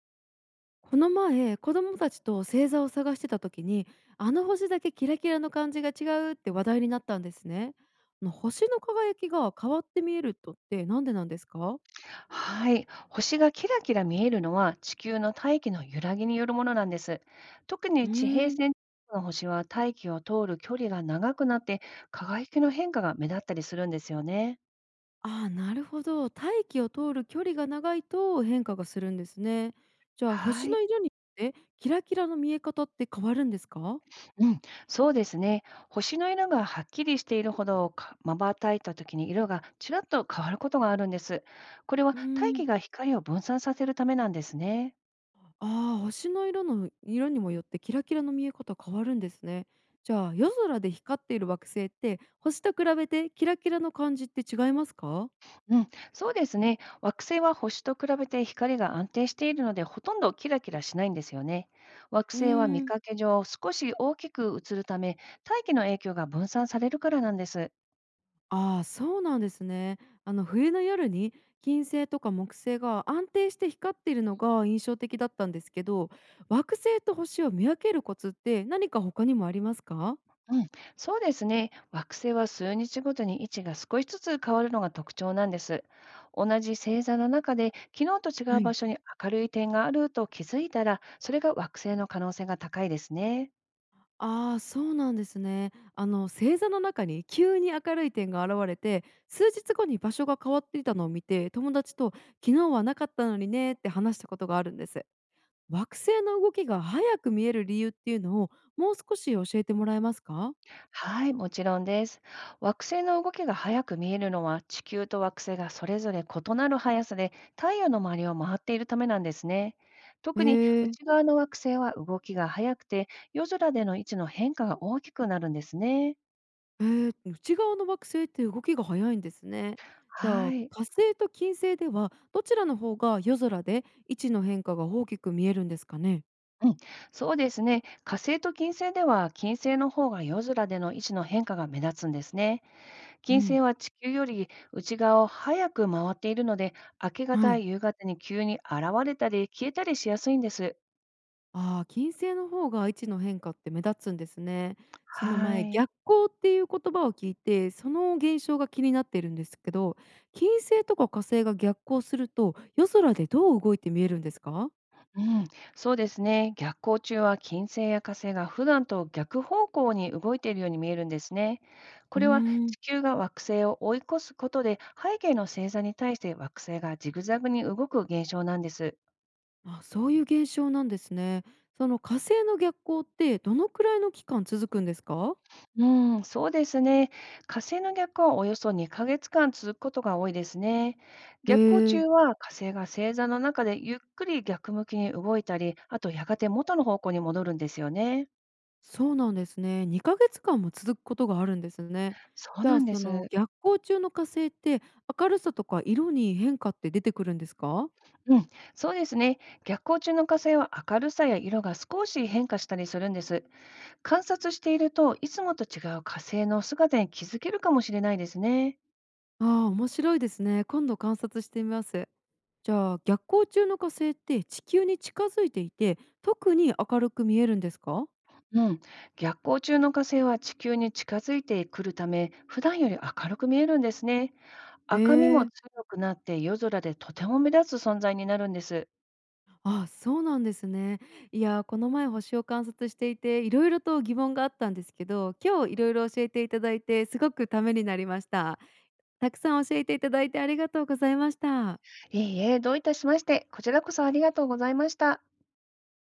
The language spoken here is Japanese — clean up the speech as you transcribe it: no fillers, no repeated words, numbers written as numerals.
この前子供たちと星座を探してた時に、あの星だけキラキラの感じが違うって話題になったんですね。あの星の輝きが変わって見えるとってなんでなんですか？はい、星がキラキラ見えるのは地球の大気の揺らぎによるものなんです。特うにー地平ん、線の星は大気を通る距離が長くなって輝きの変化が目立ったりするんですよね。ああ、ーなるほど、大気を通る距離が長いと変化がするんですね。じゃあは星い、の色によってキラキラの見え方って変わるんですか？うん、そうですね。星の色がはっきりしているほどかまばたいた時に色がちらっと変わることがあるんです。これはう大ーん。気が光を分散させるためなんですね。ああ、星の色の色にもよってキラキラの見え方変わるんですね。じゃあ夜空で光っている惑星って星と比べてキラキラの感じって違いますか？うん、そうですね。惑星は星と比べて光が安定しているので、ほとんどキラキラしないんですよね。惑うー星は見ん、かけ上、少し大きく映るため、大気の影響が分散されるからなんです。ああ、そうなんですね。冬の夜に、金星とか木星が安定して光っているのが印象的だったんですけど、惑星と星を見分けるコツって何か他にもありますか？うん、そうですね。惑星は数日ごとに位置が少しずつ変わるのが特徴なんです。同じ星座の中で、昨日と違うは場い。所に明るい点があると気づいたら、それが惑星の可能性が高いですね。ああ、そうなんですね。星座の中に急に明るい点が現れて、数日後に場所が変わっていたのを見て、友達と、昨日はなかったのにねって話したことがあるんです。惑星の動きが早く見える理由っていうのを、もう少し教えてもらえますか？はい、もちろんです。惑星の動きが速く見えるのは地球と惑星がそれぞれ異なる速さで太陽の周りを回っているためなんですね。特にへえ、内側の惑星は動きが速くて夜空での位置の変化が大きくなるんですね。内側の惑星って動きが早いんですね。じゃはあい。火星と金星ではどちらの方が夜空で位置の変化が大きく見えるんですかね？うん、そうですね。火星と金星では金星の方が夜空での位置の変化が目立つんですね。う金星ん、は地球より内側を早く回っているので、明け方はやい。夕方に急に現れたり消えたりしやすいんです。ああ、金星の方が位置の変化って目立つんですね。そのは前、い。逆光っていう言葉を聞いて、その現象が気になっているんですけど、金星とか火星が逆光すると、夜空でどう動いて見えるんですか？うん、そうですね。逆行中は金星や火星が普段と逆方向に動いているように見えるんですね。こうれはーん、地球が惑星を追い越すことで背景の星座に対して惑星がジグザグに動く現象なんです。あ、そういう現象なんですね。その火星の逆光ってどのくらいの期間続くんですか？うん、そうですね。火星の逆はおよそ2ヶ月間続くことが多いですね。へ逆行中え、は火星が星座の中でゆっくり逆向きに動いたり、あとやがて元の方向に戻るんですよね。そうなんですね。2か月間も続くことがあるんですね。そうじゃなあ、んでそのす。逆光中の火星って明るさとか色に変化って出てくるんですか？うん、そうですね。逆行中の火星は明るさや色が少し変化したりするんです。観察していると、いつもと違う火星の姿に気づけるかもしれないですね。ああ、面白いですね。今度観察してみます。じゃあ、逆光中の火星って地球に近づいていて、特に明るく見えるんですか？うん、逆光中の火星は地球に近づいてくるため、普段より明るく見えるんですね。え赤みもえ、強くなって夜空でとても目立つ存在になるんです。ああ、そうなんですね。いやー、この前星を観察していて、いろいろと疑問があったんですけど、今日いろいろ教えていただいて、すごくためになりました。たくさん教えていただいてありがとうございました。いいえ、どういたしまして、こちらこそありがとうございました。